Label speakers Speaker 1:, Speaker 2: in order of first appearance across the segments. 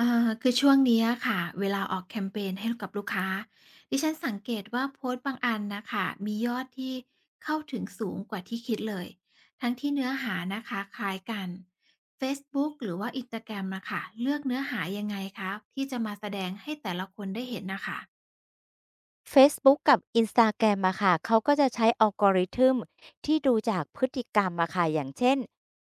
Speaker 1: อ่อคือช่วงเนี้ยค่ะเวลาออกแคมเปนให้กับลูกค้าดิฉันสังเกตว่าโพสต์บางอันนะคะมียอดที่เข้าถึงสูงกว่าที่คิดเลยทั้งที่เนื้อหานะคะคล้ายกันเฟซบุ๊กหรือว่า Instagram นสตาแกรมนะคะเลือกเนื้อหายังไงคะที่จะมาแสดงให้แต่ละคนได้เห็นนะคะ
Speaker 2: เฟซบุ๊กกับ Instagram อะค่ะเขาก็จะใช้ a l g o r i t ึ m ที่ดูจากพฤติกรรมอะค่ะอย่างเช่น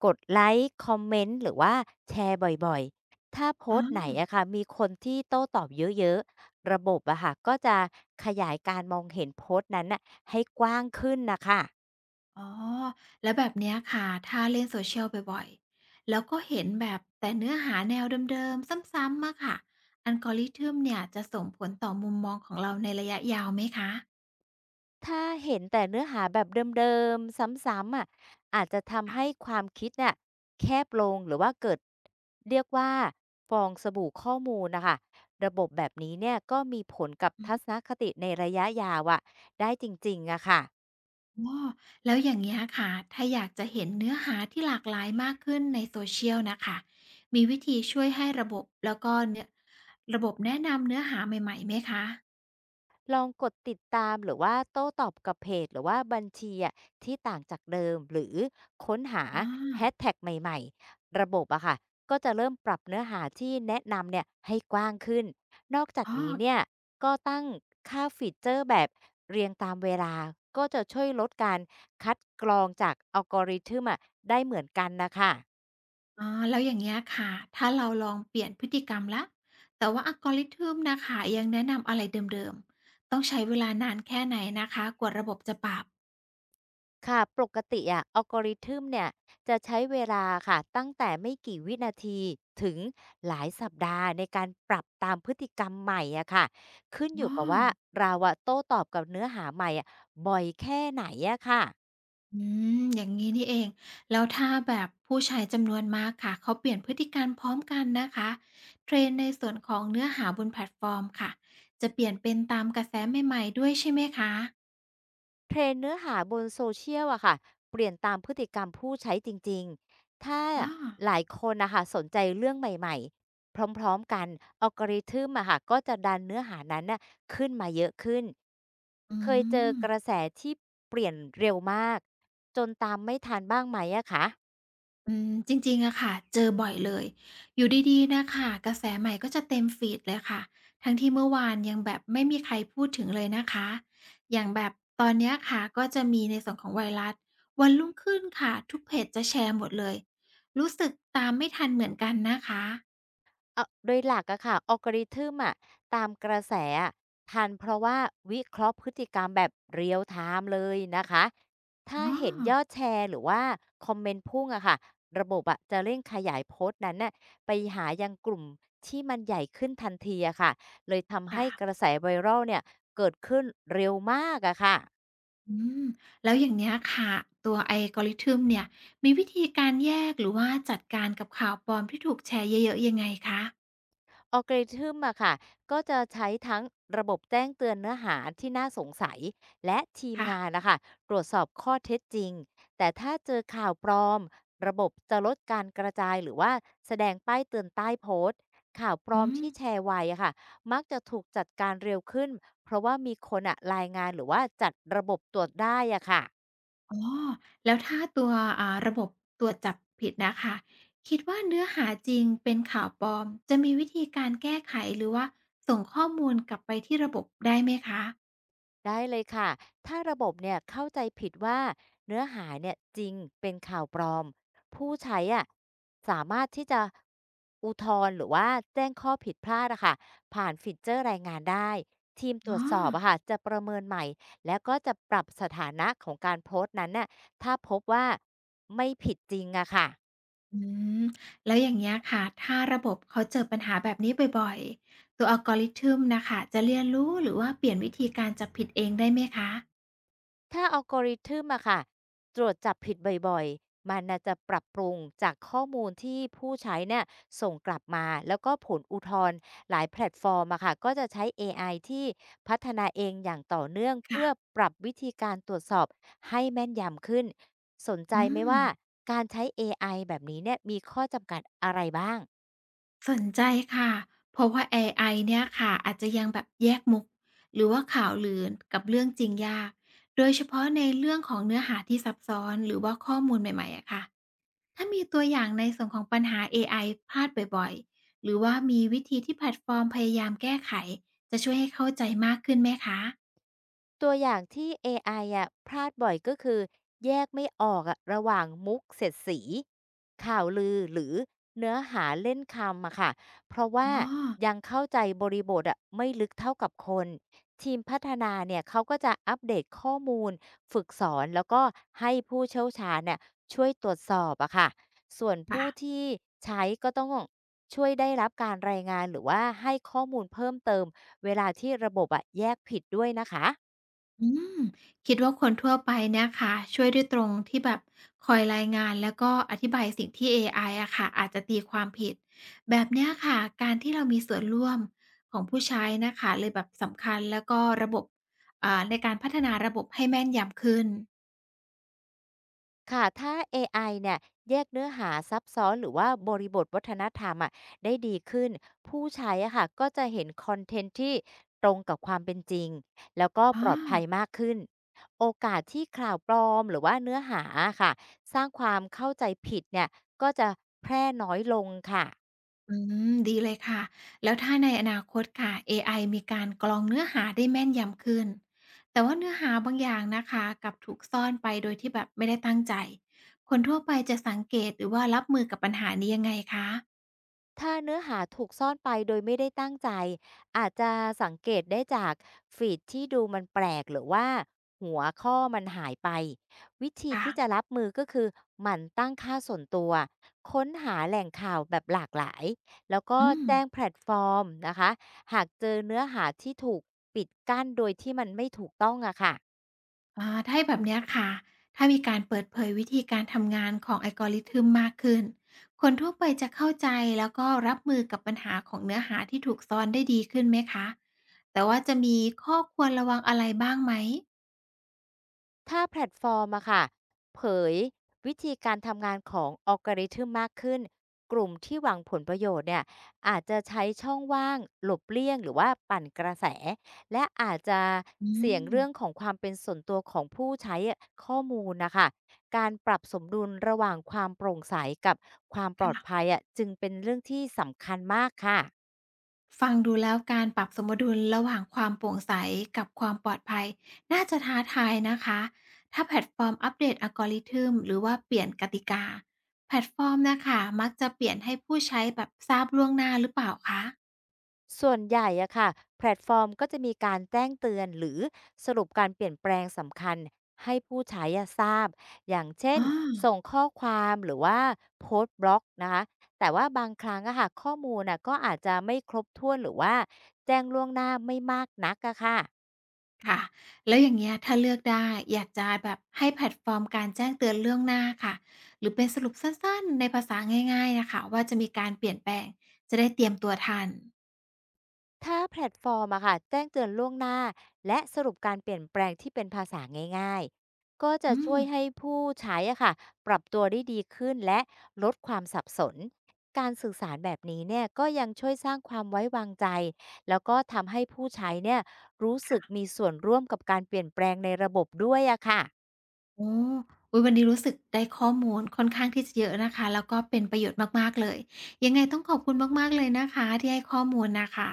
Speaker 2: กดไลค์คอมเมนต์หรือว่าแชร์บ่อยๆถ้าโพสต์ไหนอะค่ะมีคนที่โต้ตอบเยอะๆ ระบบอะค่ะก็จะขยายการมองเห็นโพสต์นั้นน่ะให้กว้างขึ้นนะคะ
Speaker 1: อ๋อแล้วแบบเนี้ยค่ะถ้าเล่น s o ชียลบ่อยๆแล้วก็เห็นแบบแต่เนื้อหาแนวเดิมๆซ้ำๆอะค่ะ Algorithm เนี่ยจะส่งผลต่อมุมมองของเราในระยะยาวไหมคะ
Speaker 2: ถ้าเห็นแต่เนื้อหาแบบเดิมๆซ้ำๆอะอาจจะทำให้
Speaker 1: ค่ะ
Speaker 2: ความคิดเนี่ยแคบลงหรือว่าเกิดเรียกว่าฟองสบู่ข้อมูลนะคะระบบแบบนี้เนี่ยก็มีผลกับ
Speaker 1: อื
Speaker 2: ทัศน
Speaker 1: ม
Speaker 2: คติในระยะยาวอะได้จริงๆอะค่ะ
Speaker 1: อ๋อแล้วอย่างเงี้ยค่ะถ้าอยากจะเห็นเนื้อหาที่หลากหลายมากขึ้นในโซเช i a ลนะคะมีวิธีช่วยให้ระบบแล้วก็เนยระบบแนะนำเนื้อหาใหม่ๆไหมคะ
Speaker 2: ลองกดติดตามหรือว่าโต้ตอบกับเพจหรือว่าบัญชีอะที่ต่างจากเดิมหรือค้นหา
Speaker 1: อา
Speaker 2: แฮชแท็กใหม่ๆระบบอะค่ะก็จะเริ่มปรับเนื้อหาที่แนะนำเนี่ยให้กว้างขึ้นนอกจาก
Speaker 1: อ๋อ
Speaker 2: นี้เนี่ยก็ตั้งค่าฟีเจอร์แบบเรียงตามเวลาก็จะช่วยลดการคัดกรองจากอัลกอริทึมอะได้เหมือนกันนะคะ
Speaker 1: อ๋อ แล้วอย่างเงี้ยค่ะ ถ้าเราลองเปลี่ยนพฤติกรรมแล้วแต่ว่าอัลกอริ t ึมนะคะยังแนะนำอะไรเดิมๆต้องใช้เวลานานแค่ไหนนะคะกว่าระบบจะปรับ
Speaker 2: ค่ะปกติอะ algorithm เนี่ยจะใช้เวลาค่ะตั้งแต่ไม่กี่วินาทีถึงหลายสัปดาห์ในการปรับตามพฤติกรรมใหม่อะค่ะขึ้นอ
Speaker 1: อ้
Speaker 2: ยู่
Speaker 1: อ
Speaker 2: กับว่าเราอะโต้ตอบกับเนื้อหาใหม่อะบ่อยแค่ไหนอะค่ะ
Speaker 1: อืมอย่างงี้นี่เอง แล้วถ้าแบบผู้ใช้จำนวนมากค่ะเขาเปลี่ยนพฤติกรรมพร้อมกันนะคะเทรนในส่วนของเนื้อหาบนแพลตฟอร์มค่ะจะเปลี่ยนเป็นตามกระแสใหม่ๆด้วยใช่ไหมคะ
Speaker 2: เทรนเนื้อหาบนโซเชียลอะค่ะเปลี่ยนตามพฤติกรรมผู้ใช้จริงๆ ถ้า
Speaker 1: ออ
Speaker 2: หลายคนนะคะสนใจเรื่องใหม่ๆพร้อมๆกัน algorithm อะค่ะก็จะดันเนื้อหานั้นน่ะขึ้นมาเยอะขึ้น
Speaker 1: อื
Speaker 2: เคยเจอ
Speaker 1: ม
Speaker 2: กระแสที่เปลี่ยนเร็วมากจนตามไม่ทันบ้างไหมอะคะ
Speaker 1: อืมจริงๆอะค่ะเจอบ่อยเลยอยู่ดีๆน่ะค่ะกระแสใหม่ก็จะเต็มฟีดเลยค่ะทั้งที่เมื่อวานยังแบบไม่มีใครพูดถึงเลยนะคะอย่างแบบตอนเนี้ยค่ะก็จะมีในส่วนของไวรัสวันรุ่งขึ้นค่ะทุกเพจจะแชร์หมดเลยรู้สึกตามไม่ทันเหมือนกันนะคะ
Speaker 2: โดยหลักอะค่ะ algorithm อะตามกระแสอะทันเพราะว่าวิเคราะห์พฤติกรรมแบบ real time เลยนะคะถ้า
Speaker 1: อ้อ
Speaker 2: เห็นยอดแชร์หรือว่าคอมเมนต์พุ่งอะค่ะระบบอะจะเร่งขยายโพสต์นั้นน่ะไปหายังกลุ่มที่มันใหญ่ขึ้นทันทีอะค่ะเลยทำให้
Speaker 1: ค่ะ
Speaker 2: กระแส viral เนี่ยเกิดขึ้นเร็วมากอะค่ะ
Speaker 1: อืมแล้วอย่างเนี้ยค่ะตัว algorithm เนี่ยมีวิธีการแยกหรือว่าจัดการกับข่าวปลอมที่ถูกแชร์เยอะๆยังไงคะ
Speaker 2: algorithm อะค่ะก็จะใช้ทั้งระบบแจ้งเตือนเนื้อหาที่น่าสงสัยและทีม
Speaker 1: ค่ะ
Speaker 2: งานนะคะตรวจสอบข้อเท็จจริงแต่ถ้าเจอข่าวปลอมระบบจะลดการกระจายหรือว่าแสดงป้ายเตือนใต้โพสต์ข่าวปลอ
Speaker 1: อื
Speaker 2: ม
Speaker 1: ม
Speaker 2: ที่แชร์ไวอะค่ะมักจะถูกจัดการเร็วขึ้นเพราะว่ามีคนอะรายงานหรือว่าจัดระบบตรวจได้อะค่ะ
Speaker 1: อ๋อแล้วถ้าตัวระบบตรวจจับผิดนะคะคิดว่าเนื้อหาจริงเป็นข่าวปลอม จะมีวิธีการแก้ไขหรือว่าส่งข้อมูลกลับไปที่ระบบได้ไหมคะ
Speaker 2: ได้เลยค่ะ ถ้าระบบเนี่ยเข้าใจผิดว่าเนื้อหาเนี่ยจริงเป็นข่าวปลอมผู้ใช้อ่ะสามารถที่จะอุทธรณ์หรือว่าแจ้งข้อผิดพลาดอะค่ะผ่านฟีเจอร์รายงานได้ทีมตร
Speaker 1: อ๋
Speaker 2: ว
Speaker 1: อ
Speaker 2: จสอบอะค่ะจะประเมินใหม่แล้วก็จะปรับสถานะของการโพสต์นั้นน่ะถ้าพบว่าไม่ผิดจริงอะค่ะ
Speaker 1: อืมแล้วอย่างเงี้ยค่ะถ้าระบบเขาเจอปัญหาแบบนี้บ่อยๆ ตัว algorithm น่ะค่ะจะเรียนรู้หรือว่าเปลี่ยนวิธีการจับผิดเองได้ไหมคะ
Speaker 2: ถ้า algorithm อะค่ะตรวจจับผิดบ่อยๆ มันน่ะจะปรับปรุงจากข้อมูลที่ผู้ใช้เนี่ยส่งกลับมาแล้วก็ผลอุทธรณ์หลายแพลตฟอร์มอะค่ะก็จะใช้เอไอที่พัฒนาเองอย่างต่อเนื่อง
Speaker 1: ค่ะ
Speaker 2: เพื่อปรับวิธีการตรวจสอบให้แม่นยำขึ้นสนใจ
Speaker 1: อื
Speaker 2: ไหม
Speaker 1: ม
Speaker 2: ว่าการใช้เอไอแบบนี้เนี่ยมีข้อจำกัดอะไรบ้าง
Speaker 1: สนใจค่ะ เพราะว่าเอไอเนี่ยค่ะอาจจะยังแบบแยกมุกหรือว่าข่าวลือกับเรื่องจริงยาก โดยเฉพาะในเรื่องของเนื้อหาที่ซับซ้อนหรือว่าข้อมูลใหม่ๆ อะค่ะ ถ้ามีตัวอย่างในส่วนของปัญหา AI พลาดบ่อยๆ หรือว่ามีวิธีที่แพลตฟอร์มพยายามแก้ไข จะช่วยให้เข้าใจมากขึ้นไหมคะ
Speaker 2: ตัวอย่างที่เอไออะพลาดบ่อยก็คือแยกไม่ออกอะระหว่างมุกเสียดสีข่าวลือหรือเนื้อหาเล่นคำอะค่ะเพราะว่า
Speaker 1: อ๋อ
Speaker 2: ยังเข้าใจบริบทอะไม่ลึกเท่ากับคนทีมพัฒนาเนี่ยเขาก็จะอัปเดตข้อมูลฝึกสอนแล้วก็ให้ผู้เชี่ยวชาญเนี่ยช่วยตรวจสอบอะค่ะส่วนผู้
Speaker 1: ค่ะ
Speaker 2: ที่ใช้ก็ต้องช่วยได้รับการรายงานหรือว่าให้ข้อมูลเพิ่มเติมเวลาที่ระบบอะแยกผิดด้วยนะคะ
Speaker 1: อืมคิดว่าคนทั่วไปเนี่ยค่ะช่วยด้วยตรงที่แบบคอยรายงานแล้วก็อธิบายสิ่งที่เอไออะค่ะอาจจะตีความผิดแบบเนี้ยค่ะการที่เรามีส่วนร่วมของผู้ใช้นะคะเลยแบบสำคัญแล้วก็ระบบในการพัฒนาระบบให้แม่นยำขึ้น
Speaker 2: ค่ะถ้าเอไอเนี่ยแยกเนื้อหาซับซ้อนหรือว่าบริบทวัฒนธรรมอะได้ดีขึ้น ผู้ใช้อะค่ะก็จะเห็นคอนเทนต์ที่ตรงกับความเป็นจริง แล้วก็ป
Speaker 1: อา
Speaker 2: ลอดภัยมากขึ้น โอกาสที่ข่าวปลอมหรือว่าเนื้อหาอะค่ะ สร้างความเข้าใจผิดเนี่ยก็จะแพร่น้อยลงค่ะ
Speaker 1: อืมดีเลยค่ะ แล้วถ้าในอนาคตค่ะเอไอมีการกรองเนื้อหาได้แม่นยำขึ้น แต่ว่าเนื้อหาบางอย่างนะคะกลับถูกซ่อนไปโดยที่แบบไม่ได้ตั้งใจคนทั่วไปจะสังเกตหรือว่ารับมือกับปัญหานี้ยังไงคะ
Speaker 2: ถ้าเนื้อหาถูกซ่อนไปโดยไม่ได้ตั้งใจอาจจะสังเกตได้จากฟีดที่ดูมันแปลกหรือว่าหัวข้อมันหายไปวิธี
Speaker 1: ค่ะ
Speaker 2: ที่จะรับมือก็คือหมั่นตั้งค่าส่วนตัวค้นหาแหล่งข่าวแบบหลากหลายแล้วก็
Speaker 1: อืม
Speaker 2: แจ้งแพลตฟอร์มนะคะหากเจอเนื้อหาที่ถูกปิดกั้นโดยที่มันไม่ถูกต้องอะค่ะ
Speaker 1: อาถ้าให้แบบเนี้ยค่ะ ถ้ามีการเปิดเผยวิธีการทำงานของ algorithm มากขึ้นคนทั่วไปจะเข้าใจแล้วก็รับมือกับปัญหาของเนื้อหาที่ถูกซ่อนได้ดีขึ้นไหมคะแต่ว่าจะมีข้อควรระวังอะไรบ้างไหม
Speaker 2: ถ้าแพลตฟอร์มอะค่ะเผยวิธีการทำงานของอัลกอริทึมมากขึ้น กลุ่มที่หวังผลประโยชน์เนี่ยอาจจะใช้ช่องว่างหลบเลี่ยงหรือว่าปั่นกระแส และอาจจะ
Speaker 1: อืม
Speaker 2: เสี่ยงเรื่องของความเป็นส่วนตัวของผู้ใช้ข้อมูลนะคะการปรับสมดุลระหว่างความโปร่งใสกับความปลอดภั
Speaker 1: ค่ะ
Speaker 2: ยอะจึงเป็นเรื่องที่สำคัญมากค่ะ
Speaker 1: ฟังดูแล้วการปรับสมดุลระหว่างความโปร่งใสกับความปลอดภัยน่าจะท้าทายนะคะถ้าแพลตฟอร์มอัปเดตอัลกอริทึมหรือว่าเปลี่ยนกติกาแพลตฟอร์มนะคะมักจะเปลี่ยนให้ผู้ใช้แบบทราบล่วงหน้าหรือเปล่าคะ
Speaker 2: ส่วนใหญ่อะค่ะแพลตฟอร์มก็จะมีการแจ้งเตือนหรือสรุปการเปลี่ยนแปลงสำคัญให้ผู้ใช้อะทราบอย่างเช่น
Speaker 1: อ๋อ
Speaker 2: ส่งข้อความหรือว่าโพสต์บล็อกนะคะแต่ว่าบางครั้งอะค่ะข้อมูลน่ะก็อาจจะไม่ครบถ้วนหรือว่าแจ้งล่วงหน้าไม่มากนักอะค่ะ
Speaker 1: ค่ะแล้วอย่างเงี้ยถ้าเลือกได้อยากจะแบบให้แพลตฟอร์มการแจ้งเตือนล่วงหน้าค่ะหรือเป็นสรุปสั้นๆในภาษาง่ายๆนะคะว่าจะมีการเปลี่ยนแปลงจะได้เตรียมตัวทัน
Speaker 2: ถ้าแพลตฟอร์มอะค่ะแจ้งเตือนล่วงหน้าและสรุปการเปลี่ยนแปลงที่เป็นภาษาง่ายๆก็จะ
Speaker 1: อื
Speaker 2: ช่
Speaker 1: ม
Speaker 2: วยให้ผู้ใช้อะค่ะปรับตัวได้ดีขึ้นและลดความสับสนการสื่อสารแบบนี้เนี่ยก็ยังช่วยสร้างความไว้วางใจแล้วก็ทำให้ผู้ใช้เนี่ยรู้สึกมีส่วนร่วมกับการเปลี่ยนแปลงในระบบด้วยอะค่ะ
Speaker 1: อออุ๊ยวันนี้รู้สึกได้ข้อมูลค่อนข้างที่จะเยอะนะคะแล้วก็เป็นประโยชน์มากๆเลยยังไงต้องขอบคุณมากๆเลยนะคะที่ให้ข้อมูลน่ะค่ะ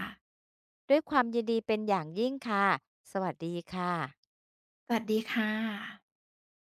Speaker 2: ด้วยความยินดีเป็นอย่างยิ่งค่ะสวัสดีค่ะ
Speaker 1: สวัสดีค่ะ